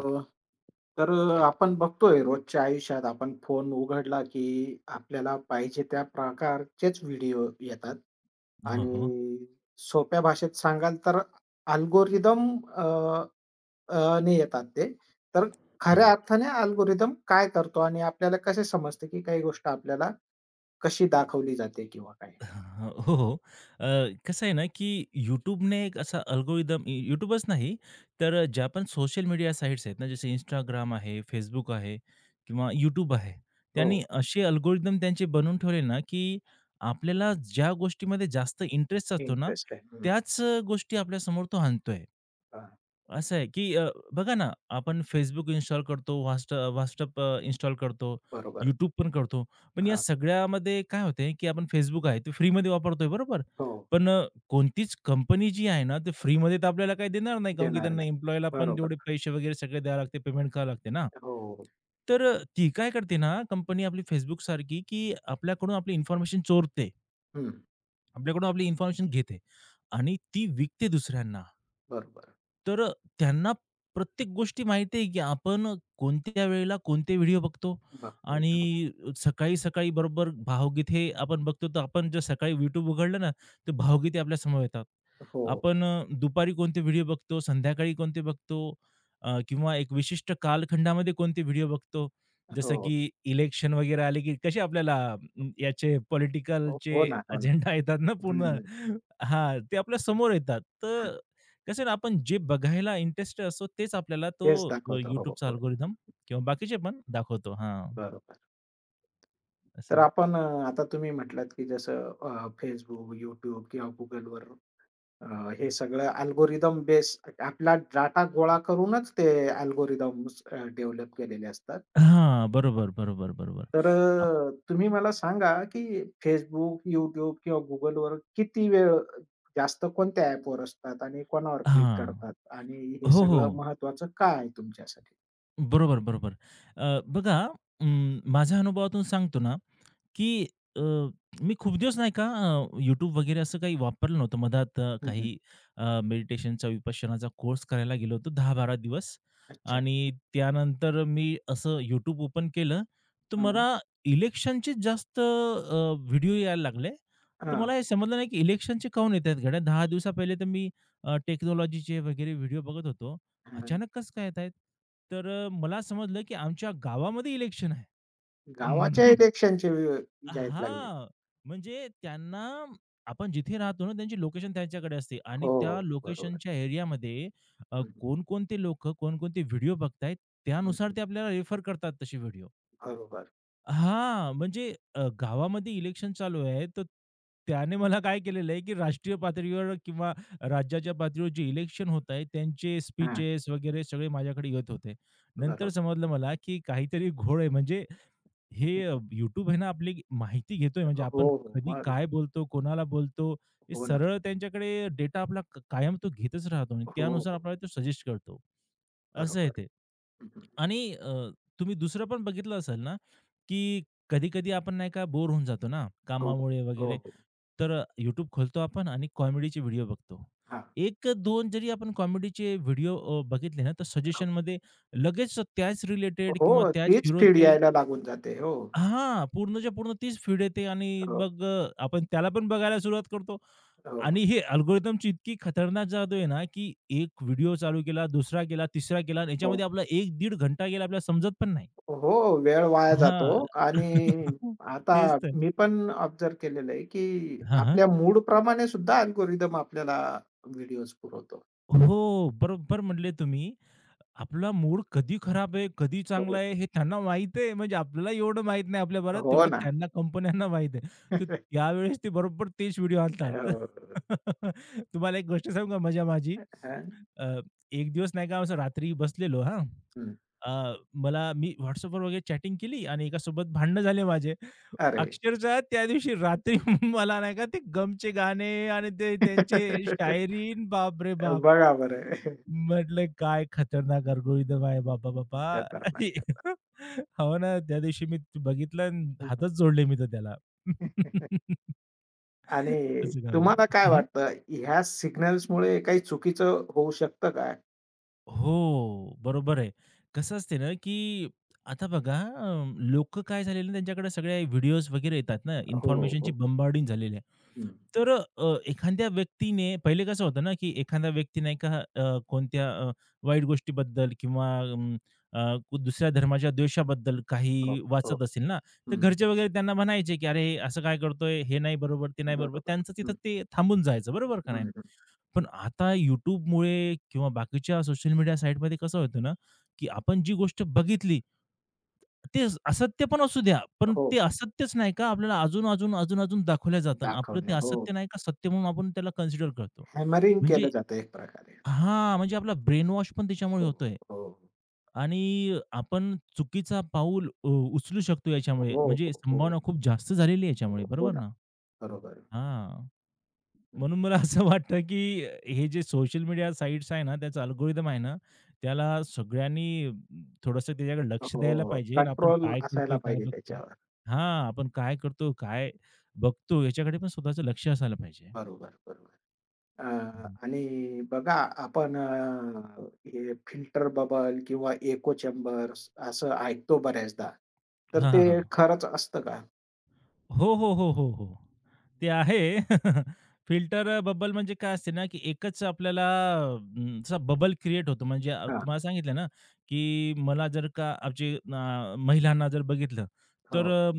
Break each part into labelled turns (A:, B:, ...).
A: अ, तर आपण बघतोय रोजच्या आयुष्यात आपण फोन उघडला की आपल्याला पाहिजे त्या प्रकारचेच व्हिडिओ येतात
B: हो, हो.
A: आणि सोप्या भाषेत सांगाल तर अल्गोरिदम ने येतात ते. तर
B: हां,
A: खऱ्या
B: हां.
A: अर्थाने अल्गोरिदम काय करतो आणि आपल्याला कसे समजते की काही गोष्ट आपल्याला कशी दाखवली जाते किंवा काय?
B: हो, हो. अ, कसं आहे ना, की YouTubeने एक असा अल्गोरिदम YouTubeच नाही, तर ज्या पण सोशल मीडिया साइट्स आहेत ना, जसे Instagram आहे, Facebook आहे किंवा YouTube आहे.
A: हो,
B: त्यांनी असे अल्गोरिदम त्यांचे बनवून ठेवले ना, की आपल्याला ज्या गोष्टीमध्ये जास्त इंटरेस्ट असतो ना,
A: इंटरेस्ट आहे. हं,
B: त्याच गोष्टी आपल्यासमोर तो आणतोय.
A: हां,
B: असं आहे, की बघा ना, आपण Facebook इन्स्टॉल करतो, WhatsApp इन्स्टॉल करतो,
A: बरोबर.
B: YouTube पण करतो. पण या
A: हां,
B: सगळ्यामध्ये काय होतंय, की आपण Facebook आहे, ते फ्रीमध्ये वापरतोय बरोबर.
A: हो,
B: पण कोणतीच कंपनी जी आहे ना, ते फ्रीमध्ये तर आपल्याला काही देणार नाही, कारण की
A: देणार
B: त्यांना
A: नाही.
B: एम्प्लॉयीला पण
A: बरोबर.
B: तेवढे पैसे वगैरे सगळे द्यावे लागते, पेमेंट करावं लागते ना.
A: हो,
B: तर ती काय करते ना, कंपनी आपली Facebook सारखी, की आपल्याकडून आपली इन्फॉर्मेशन चोरते.
A: हं,
B: आपल्याकडून आपली इन्फॉर्मेशन घेते आणि ती विकते दुसऱ्यांना.
A: बरोबर.
B: तर त्यांना प्रत्येक गोष्टी माहिती आहे, की आपण कोणत्या वेळेला कोणते व्हिडिओ बघतो
A: बघतोय. हां.
B: आणि सकाळी-सकाळी बरोबर भावगीते आपण बघतो, तर आपण जर सकाळी YouTube उघडलं ना, तर भावगीते आपल्यासमोर येतात.
A: हो,
B: आपण दुपारी कोणते व्हिडिओ बघतो, संध्याकाळी कोणते बघतो किंवा एक विशिष्ट कालखंडामध्ये कोणते व्हिडिओ बघतो. जसं
A: हो.
B: की इलेक्शन वगैरे आले की कसे आपल्याला याचे
A: हो,
B: पॉलिटिकलचे
A: हो ना, हो ना.
B: अजेंडा येतात ना पूर्ण.
A: हं.
B: हां, ते आपल्या समोर येतात. तर कसं आहे ना, आपण जे बघायला इंटरेस्ट असतो तेच आपल्याला तो
A: तेच दाखवतो. हो, हो,
B: YouTubeचा
A: हो.
B: अल्गोरिदम किंवा बाकीचे पण दाखवतो. हां,
A: बरोबर.
B: असं
A: तर
B: आहे.
A: आपण आता तुम्ही म्हटलात, की जसं Facebook, YouTube किंवा Googleवर, अ, हे सगळं अल्गोरिदम बेस आपला डाटा गोळा करूनच ते अल्गोरिदम्स डेव्हलप केलेले असतात.
B: हां, बरोबर, बरोबर, बरोबर.
A: तर
B: अप
A: तुम्ही मला सांगा, की Facebook, YouTube किंवा Googleवर किती वेळ जास्त कोणत्या ॲपवर असतात आणि कोणावर क्लिक
B: हां.
A: करतात आणि हे
B: हो, हो.
A: सगळं महत्त्वाचं का आहे तुमच्यासाठी?
B: बरोबर, बरोबर. बघा, माझ्या अनुभवातून सांगतो ना, की अ, मी खूप दिवस नाही का YouTube वगैरे असं काही वापरलं नव्हतं. मधात
A: हं, हं.
B: काही मेडिटेशनचा, विपश्यनाचा कोर्स करायला गेलो होतो 10-12 दिवस
A: अच्छा.
B: आणि त्यानंतर मी असं YouTube ओपन केलं, तर
A: हां,
B: मला इलेक्शनचे जास्त व्हिडिओ यायला लागले. तर
A: हां,
B: मला हे समजलं नाही की इलेक्शनचे काहून येत आहेत गड्या? 10 दिवसा पहिले तर मी टेक्नॉलॉजीचे वगैरे व्हिडिओ बघत होतो.
A: हां.
B: अचानक कसं काय येत आहेत? तर मला समजलं की आमच्या गावामध्ये इलेक्शन आहे. म्हणून
A: गावाच्या इलेक्शनचे वे जाहीर लागले.
B: हां, म्हणजे त्यांना आपण जिथे राहतो ना, त्यांची लोकेशन त्यांच्याकडे असते
A: हो,
B: आणि त्या
A: हो. बरोबर.
B: लोकेशनच्या एरियामध्ये
A: हं, हं.
B: कोणकोणते लोकं, कोणकोणते व्हिडिओ बघतायत, त्यानुसार
A: हं,
B: ते आपल्याला रेफर करतात तसे व्हिडिओ.
A: बरोबर.
B: हां, म्हणजे गावामध्ये इलेक्शन चालू आहे, तर त्याने मला काय केलेलं आहे, की राष्ट्रीय पातळीवर किंवा राज्याच्या पातळीवर जे इलेक्शन होत आहे, त्यांचे
A: हां,
B: स्पीचेस वगैरे सगळे माझ्याकडे येत होते. नंतर
A: बरोबर.
B: समजलं मला, की काहीतरी घोळ आहे, म्हणजे हे YouTube आहे ना आपली माहिती घेतोय, म्हणजे
A: हो,
B: आपण
A: हो.
B: कधी
A: मग
B: काय बोलतो, कोणाला बोलतो, हे
A: हो ना.
B: सरळ त्यांच्याकडे डेटा आपला कायम तो घेतच राहतो आणि
A: हो,
B: त्यानुसार
A: हो.
B: आपल्याला तो सजेस्ट करतो. असं आहे
A: बरोबर.
B: ते.
A: हं,
B: आणि तुम्ही दुसरं पण बघितलं असेल ना, की कधी-कधी आपण नाही का बोर होऊन जातो ना
A: हो,
B: कामामुळे
A: हो,
B: वगैरे,
A: हो.
B: तर खोलतो आपण आणि कॉमेडीचे व्हिडिओ बघतो.
A: हां.
B: 1-2 जरी आपण कॉमेडीचे व्हिडिओ बघितले ना, तर
A: हो.
B: सजेशनमध्ये लगेच त्याच रिलेटेड
A: हो,
B: किंवा त्याच
A: तीच फीड
B: हिरोचे,
A: यायला लागून जाते. हो,
B: हां, पूर्णच्या पूर्ण तीच फीड येते आणि
A: हो,
B: मग आपण त्याला पण बघायला सुरुवात करतो.
A: हो,
B: आणि हे अल्गोरिथमची इतकी खतरनाक जादू आहे ना, की एक व्हिडिओ चालू केला, दुसरा केला, तिसरा केला आणि
A: हो.
B: याच्यामध्ये आपला एक दीड घंटा गेला, आपल्याला समजत पण नाही.
A: हो, वेळ वाया जातो
B: हां.
A: आणि आता
B: तेच तर.
A: मी पण ऑब्झर्व्ह केलेलं आहे, की
B: हां, हां.
A: आपल्या मूडप्रमाणे सुद्धा अल्गोरिदम आपल्याला व्हिडिओज पुरवतो.
B: हो, बरोबर म्हटले तुम्ही. आपला मूड कधी खराब आहे, कधी चांगला
A: हो.
B: आहे हे त्यांना माहीत आहे. म्हणजे आपल्याला एवढं माहीत नाही आपल्या बरोबर,
A: हो
B: तेवढं
A: ना.
B: त्यांना कंपन्यांना माहीत आहे. तर त्यावेळेस ते बरोबर तेच व्हिडिओ आणतात.
A: हो.
B: तुम्हाला एक गोष्ट सांगू का मजा माझी?
A: हां.
B: अ, एक दिवस नाही का असं रात्री बसलेलो, हां.
A: हं.
B: अ, मला मी WhatsAppवर वगैरे चॅटिंग केली आणि एकासोबत भांडणं झाले माझे.
A: अरे!
B: अक्षरशः त्या दिवशी रात्री मला नाही का ते गमचे गाणे आणि ते त्यांचे शायरीन, बापरे बाप!
A: बघा बरं.
B: म्हटलं काय खतरनाक अल्गोरिदम आहे बाबा, बाबा.
A: खतरनाक,
B: आणि
A: खतरनाक.
B: हो ना, त्या दिवशी मी ते बघितलं आणि हातच जोडले मी तर त्याला.
A: आणि
B: असं काम
A: तुम्हाला काय
B: आहे. हं,
A: वाटतं ह्या सिग्नल्समुळे काही चुकीचं होऊ शकतं का?
B: हो, बरोबर आहे. कसं असते ना, की आता बघा, लोकं काय झालेले ना, त्यांच्याकडे सगळे व्हिडिओज वगैरे येतात ना,
A: हो,
B: इन्फॉर्मेशनची
A: हो.
B: बंबार्डिंग झालेली आहे.
A: हं.
B: तर एखाद्या व्यक्तीने पहिले कसं होतं ना, की एखाद्या व्यक्ती नाही का कोणत्या वाईट गोष्टीबद्दल किंवा अ, दुसऱ्या धर्माच्या द्वेषाबद्दल
A: हो,
B: काही
A: हो.
B: वाचत असेल ना, तर
A: हं.
B: घरचे वगैरे त्यांना म्हणायचे, की "अरे, असं काय करतोय? हे नाही बरोबर, ते नाही बरोबर."
A: बरोबर.
B: त्यांचं तिथं
A: हं,
B: ते थांबून जायचं, बरोबर का नाही?
A: हं, हं.
B: पण आता YouTubeमुळे किंवा बाकीच्या सोशल मीडिया साईटमध्ये कसं होतं ना, की आपण जी गोष्ट बघितली, ते असत्य पण असू द्या, पण
A: हो.
B: ते असत्यच नाही का आपल्याला अजून, अजून, अजून, अजून दाखवल्या जातात. आपलं ते
A: दाखवण्या. हो.
B: असत्य नाही का सत्य म्हणून आपण त्याला कन्सिडर करतो.
A: हॅमरिंग केलं
B: म्हणजे
A: जातं एक प्रकारे.
B: हां, म्हणजे आपला ब्रेन वॉश पण त्याच्यामुळे
A: हो,
B: होतोय
A: हो.
B: आणि आपण चुकीचा पाऊल उचलू शकतो याच्यामुळे.
A: हो,
B: म्हणजे
A: हो,
B: संभावना
A: हो.
B: खूप जास्त झालेली आहे याच्यामुळे.
A: हो
B: बरोबर
A: ना.
B: ना?
A: बरोबर.
B: हां.
A: हं.
B: म्हणून मला असं वाटतं, की हे जे सोशल मीडिया साइट्स आहे ना, त्याचा अल्गोरिदम आहे ना, त्याला सगळ्यांनी थोडंसं त्याच्याकडे लक्ष द्यायला
A: हो.
B: पाहिजे आणि आपण
A: कंट्रोल
B: काय
A: असायला
B: करतोय, काय
A: पाहिजे
B: बघतो?
A: त्याच्यावर.
B: हां, आपण काय करतो, काय बघतो याच्याकडे पण स्वतःचं लक्ष असायला पाहिजे.
A: बरोबर, बरोबर. अ,
B: हं, हं.
A: आणि बघा आपण हे फिल्टर बबल किंवा इको चेंबर्स असं ऐकतो बऱ्याचदा. तर
B: हां,
A: ते
B: हां,
A: खरंच असतं का?
B: हो, हो, हो, हो, हो. ते आहे. फिल्टर बबल म्हणजे काय असते ना, की एकच आपल्याला असा बबल क्रिएट होतो. म्हणजे
A: हां,
B: तुम्हाला सांगितलं ना, की मला जर का आमची महिलांना जर बघितलं, तर
A: हो,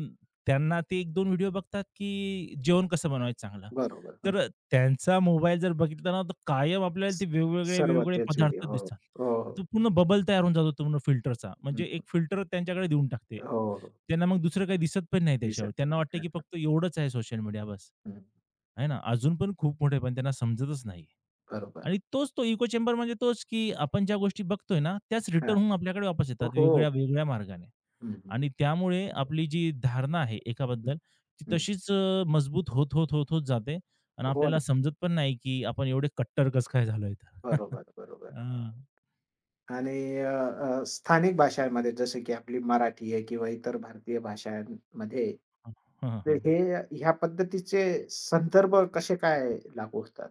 B: त्यांना ते 1-2 व्हिडिओ बघतात, की जेवण कसं बनवायचं चांगलं.
A: बरोबर.
B: तर
A: हं.
B: त्यांचा मोबाईल जर बघितला ना, तर कायम आपल्याला
A: स
B: ते
A: सर्व
B: वेगवेगळे-वेगवेगळे
A: त्याच वेळी.
B: पदार्थ
A: हो,
B: दिसतात.
A: हो, हो.
B: तो पूर्ण बबल तयार होऊन जातो, पूर्ण फिल्टरचा.
A: हं,
B: म्हणजे एक फिल्टर त्यांच्याकडे देऊन टाकते.
A: हो, हो.
B: त्यांना मग दुसरं काही दिसत पण नाही त्याच्यावर.
A: दिसत
B: त्यांना
A: नाही
B: वाटतं
A: का?
B: की फक्त एवढंच आहे सोशल मीडिया, बस.
A: हं,
B: आहे ना? अजून पण खूप मोठे पण त्यांना समजतच नाही.
A: बरोबर.
B: आणि तोच तो इको चेंबर, म्हणजे तोच, की आपण ज्या गोष्टी बघतोय ना, त्याच
A: हां.
B: रिटर्न होऊन आपल्याकडे वापस येतात
A: हो.
B: वेगळ्या-वेगळ्या मार्गाने.
A: हं, हं,
B: आणि त्यामुळे आपली जी धारणा आहे
A: हं,
B: एकाबद्दल, ती
A: हं.
B: तशीच मजबूत होत, होत, होत, होत जाते आणि
A: हो
B: आपल्याला
A: ना.
B: समजत पण नाही की आपण एवढे कट्टर कसं काय झालोय तर.
A: बरोबर, बरोबर.
B: हां.
A: आणि अ, अ, स्थानिक भाषांमध्ये जसं की आपली मराठी आहे किंवा इतर भारतीय भाषांमध्ये
B: हं, हं,
A: तर
B: हं.
A: हे ह्या पद्धतीचे संदर्भ कसे काय लागू होतात?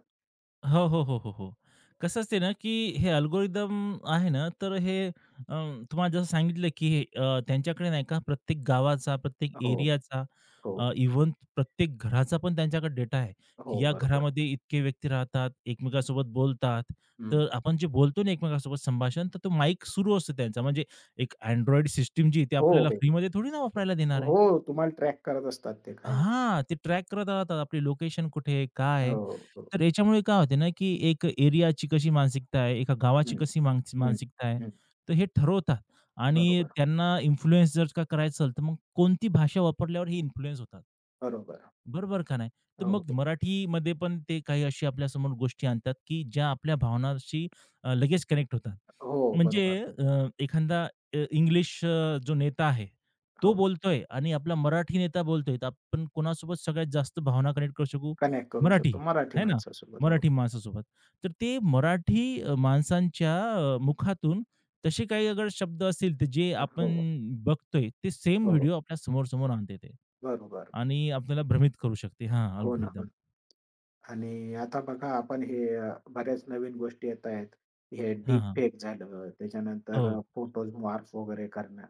B: हो, हो, हो, हो, हो. कसं असते ना, की हे अल्गोरिदम आहे ना, तर हे तुम्हाला जसं सांगितलं, की हे त्यांच्याकडे नाही का प्रत्येक गावाचा, प्रत्येक
A: हो,
B: एरियाचा,
A: हो,
B: इव्हन प्रत्येक घराचा पण त्यांच्याकडे डेटा आहे, की
A: हो,
B: या
A: बरोबर.
B: घरामध्ये इतके व्यक्ती राहतात, एकमेकांसोबत बोलतात.
A: हं.
B: तर आपण जे बोलतो ना एकमेकांसोबत संभाषण, तर तो माईक सुरू असतो त्यांचा. म्हणजे एक Android सिस्टम जी आहे,
A: हो,
B: आपल्याला
A: हो.
B: फ्रीमध्ये थोडी ना वापरायला देणार आहे.
A: हो, तुम्हाला ट्रॅक करत असतात ते कायम.
B: हां, ते ट्रॅक करत राहतात आपली लोकेशन कुठे आहे? काय
A: हो,
B: आहे?
A: हो.
B: तर याच्यामुळे काय होते ना, की एक एरियाची कशी मानसिकता आहे, एका गावाची
A: हं,
B: कशी
A: हं,
B: मानसिकता आहे,
A: हं.
B: तर हे ठरवतात आणि
A: बरोबर,
B: त्यांना इन्फ्लुअन्स जर का करायचं असेल, तर मग कोणती भाषा वापरल्यावर हे इन्फ्लुअन्स होतात.
A: बरोबर.
B: बरोबर का नाही? तर
A: हो,
B: मग
A: हो.
B: मराठीमध्ये पण ते काही अशी आपल्यासमोर गोष्टी आणतात, की ज्या आपल्या भावनाशी लगेच कनेक्ट होतात.
A: हो,
B: म्हणजे
A: बरोबर.
B: एखादा इंग्लिश जो नेता आहे तो
A: हो,
B: बोलतोय आणि आपला मराठी नेता बोलतोय, तर आपण कोणासोबत सगळ्यात जास्त भावना कनेक्ट करू शकू?
A: कनेक्ट करू शकतो
B: मराठी,
A: मराठी
B: है ना?
A: माणसासोबत. हो,
B: मराठी माणसासोबत. तर ते मराठी माणसांच्या मुखातून तसे काही अगर शब्द असतील, तर जे आपण
A: हो,
B: बघतोय, ते सेम
A: हो.
B: व्हिडिओ आपल्या समोर-समोर आणते ते
A: बरोबर.
B: आणि आपल्याला भ्रमित करू शकते. हां,
A: हो ना, हो
B: अल्गोरिदम.
A: ना. आणि आता बघा आपण हे बऱ्याच नवीन गोष्टी येत आहेत. हे
B: हां,
A: डीप
B: हां.
A: फेक झालं, त्याच्यानंतर
B: हो.
A: फोटोज मॉर्फ वगैरे करणं.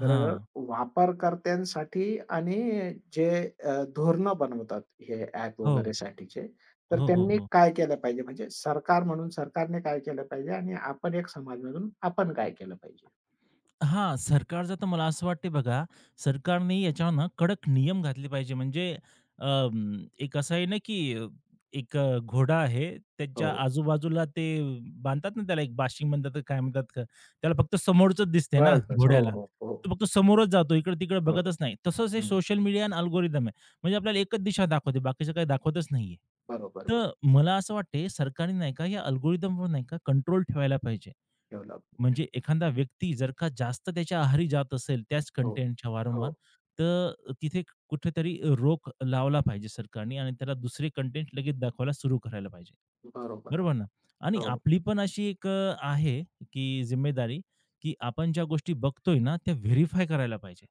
A: तर
B: हां.
A: वापरकर्त्यांसाठी आणि जे धोरणं बनवतात हे ॲप
B: हो.
A: वगैरेसाठीचे, तर
B: हो, हो,
A: त्यांनी
B: हो.
A: काय केलं पाहिजे? म्हणजे सरकार म्हणून सरकारने काय केलं पाहिजे आणि आपण एक समाज म्हणून आपण काय केलं पाहिजे?
B: हां, सरकारचं तर मला असं वाटते बघा, सरकारने याच्यावर ना कडक नियम घातले पाहिजे. म्हणजे एक असं आहे ना, की एक घोडा आहे,
A: हो.
B: त्याच्या आजूबाजूला ते बांधतात ना, त्याला एक बाशिंग म्हणतात का काय म्हणतात का, त्याला फक्त समोरचंच दिसते ना
A: बस, बस. हो,
B: घोड्याला.
A: हो,
B: तो
A: हो,
B: फक्त समोरच जातो, इकडे-तिकडे
A: हो, हो.
B: बघतच नाही. तसंच हे
A: हं.
B: सोशल मीडिया आणि अल्गोरिदम आहे. म्हणजे आपल्याला एकच दिशा दाखवते, बाकीचं काही दाखवतच नाहीये.
A: बरोबर, बरोबर.
B: तर मला असं वाटते सरकारने नाही का, या अल्गोरिदमवर नाही का कंट्रोल ठेवायला पाहिजे.
A: ठेवला पाहिजे.
B: म्हणजे एखादा व्यक्ती जर का जास्त त्याच्या आहारी जात असेल त्याच
A: हो,
B: कंटेंटच्या वारंवार,
A: हो.
B: तर तिथे कुठेतरी रोख लावला पाहिजे सरकारने आणि त्याला दुसरे कंटेंट लगेच दाखवायला सुरू करायला पाहिजे.
A: बरोबर.
B: बरोबर ना? आणि
A: हो,
B: आपली पण अशी एक आहे की जिम्मेदारी, की आपण ज्या गोष्टी बघतोय ना, त्या व्हेरिफाय करायला पाहिजे.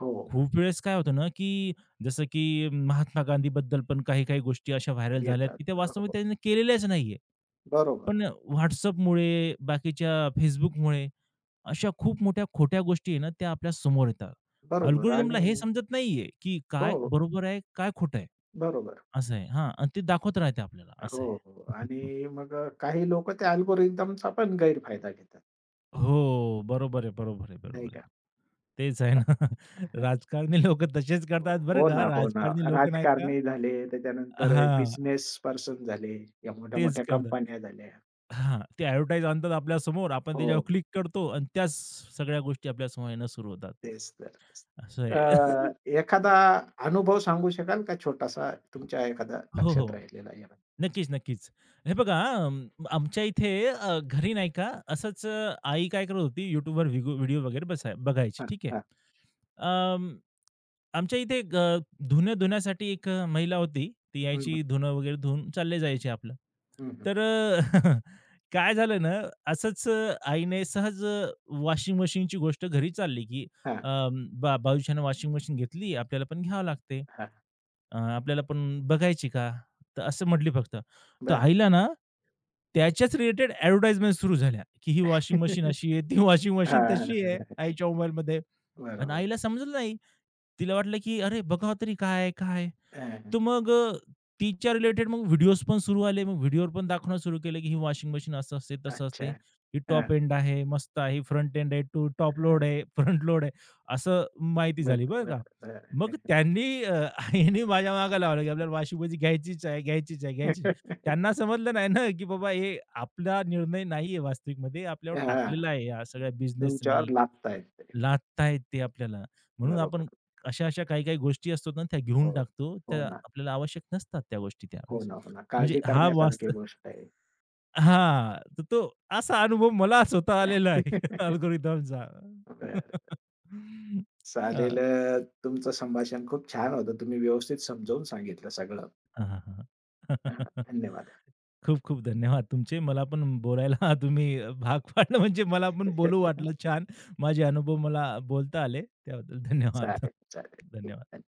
A: हो.
B: खूप वेळेस काय होतं ना, की जसं की महात्मा गांधीबद्दल पण काही-काही गोष्टी अशा व्हायरल झाल्यात, की त्या
A: येतात. हो,
B: वास्तवामध्ये त्यांनी केलेल्याच नाहीये.
A: बरोबर,
B: पण WhatsAppमुळे, बाकीच्या Facebookमुळे अशा खूप मोठ्या खोट्या गोष्टी आहे ना, त्या आपल्या समोर येतात.
A: बरोबर
B: अल्गोरिदमला
A: आणि
B: हे समजत नाहीये, की काय
A: हो,
B: बरोबर आहे, काय खोटं आहे.
A: बरोबर.
B: असं आहे. हां, आणि ते दाखवत राहते आपल्याला असं
A: हो,
B: आहे.
A: हो. आणि मग काही लोक त्या अल्गोरिदमचा पण गैरफायदा घेतात,
B: हो. बरोबर आहे, बरोबर आहे,
A: नाही
B: बरोबर आहे.
A: का?
B: तेच आहे ना. राजकारणी लोकं तसेच करतात बरं
A: हो ना,
B: का.
A: हो ना.
B: राजकारणी लोकं नाही का,
A: राजकारणी झाले, त्याच्यानंतर
B: हां.
A: बिझनेस पर्सन झाले, या
B: तेच
A: मोठ्या-मोठ्या
B: करतात.
A: कंपन्या झाल्या.
B: हां. ते एडव्हर्टाइज आणतात आपल्यासमोर. आपण
A: हो,
B: त्याच्यावर क्लिक करतो आणि त्याच सगळ्या गोष्टी आपल्यासमोर येणं सुरू होतात.
A: तेच तर, तेच.
B: असं
A: अ,
B: आहे.
A: एखादा अनुभव सांगू शकाल का छोटासा तुमच्या एखादा
B: हो,
A: लक्षात
B: हो.
A: राहिलेला यावर?
B: नक्कीच, नक्कीच. हे बघा, आमच्या इथे घरी नाही का असंच, आई काय करत होती YouTubeवर व्हिगो व्हिडिओ वगैरे बसाय बघायची.
A: हां,
B: ठीक आहे.
A: हां.
B: अं, आमच्या इथे एक धुणं धुण्यासाठी एक महिला होती. ती
A: हं,
B: यायची,
A: हं.
B: धुणं वगैरे धुवून चालले जायचे आपलं.
A: हं, हं.
B: तर काय झालं ना, असंच आईने सहज, वॉशिंग मशीनची गोष्ट घरी चालली, की
A: हां,
B: अ, बाळूशाने वॉशिंग मशीन घेतली, आपल्याला पण घ्यावं लागते.
A: हां.
B: आपल्याला पण बघायची का? तर असं म्हटली फक्त. तर आईला ना, त्याच्याच रिलेटेड ॲडव्हर्टाइजमेंट सुरू झाल्या, की ही वॉशिंग मशीन अशी आहे, ती वॉशिंग मशीन तशी आहे आईच्या मोबाईलमध्ये. आणि
A: बरोबर.
B: आईला समजलं नाही. तिला वाटलं, की "अरे, बघावं तरी काय, काय?"
A: हां,
B: तर मग तिच्या रिलेटेड मग व्हिडिओज पण सुरू आले. मग व्हिडिओवर पण दाखवणं सुरू केलं, की ही वॉशिंग मशीन असं असते, तसं असते.
A: अच्छा.
B: ही टॉप एंड आहे, मस्त आहे, फ्रंट एंड आहे, टू टॉप लोड
A: हां.
B: आहे, फ्रंट लोड आहे. असं माहिती
A: बरं,
B: झाली बरं का.
A: बरं,
B: मग
A: बरं.
B: त्यांनी, आईने माझ्या मागे लावलं, की आपल्याला वॉशिंग मशीन घ्यायचीच आहे, घ्यायचीच आहे, घ्यायचीच आहे. त्यांना समजलं नाही ना, की बाबा हे आपला निर्णय नाहीये वास्तविकमध्ये. आपल्यावर
A: हां,
B: टाकलेला आहे या सगळ्या
A: तुमच्यावर
B: बिझनेसनी,
A: लादता येत ते.
B: लाटतायत ते आपल्याला. म्हणून
A: बरोबर.
B: आपण अशा-अशा काही-काही गोष्टी असतात ना, त्या घेऊन
A: हो.
B: टाकतो.
A: हो
B: त्या
A: ना,
B: आपल्याला आवश्यक नसतात त्या गोष्टी
A: हो
B: त्यावेळेस.
A: ना, हो ना.
B: म्हणजे
A: काळजी
B: हा
A: करण्यासारखी गोष्ट आहे.
B: हां, तर तो असा अनुभव मला स्वतः आलेला आहे अल्गोरिथमचा.
A: बरं.
B: हां,
A: चालेल तुमचं संभाषण खूप छान होतं. तुम्ही व्यवस्थित समजावून सांगितलं सगळं.
B: हां, हां,
A: हां, धन्यवाद.
B: खूप-खूप धन्यवाद तुमचे. मला पण बोलायला तुम्ही भाग पाडलं, म्हणजे मला पण बोलू वाटलं छान. माझे अनुभव मला बोलता आले. त्याबद्दल धन्यवाद.
A: चालेल, चालेल. ठीक
B: धन्यवाद.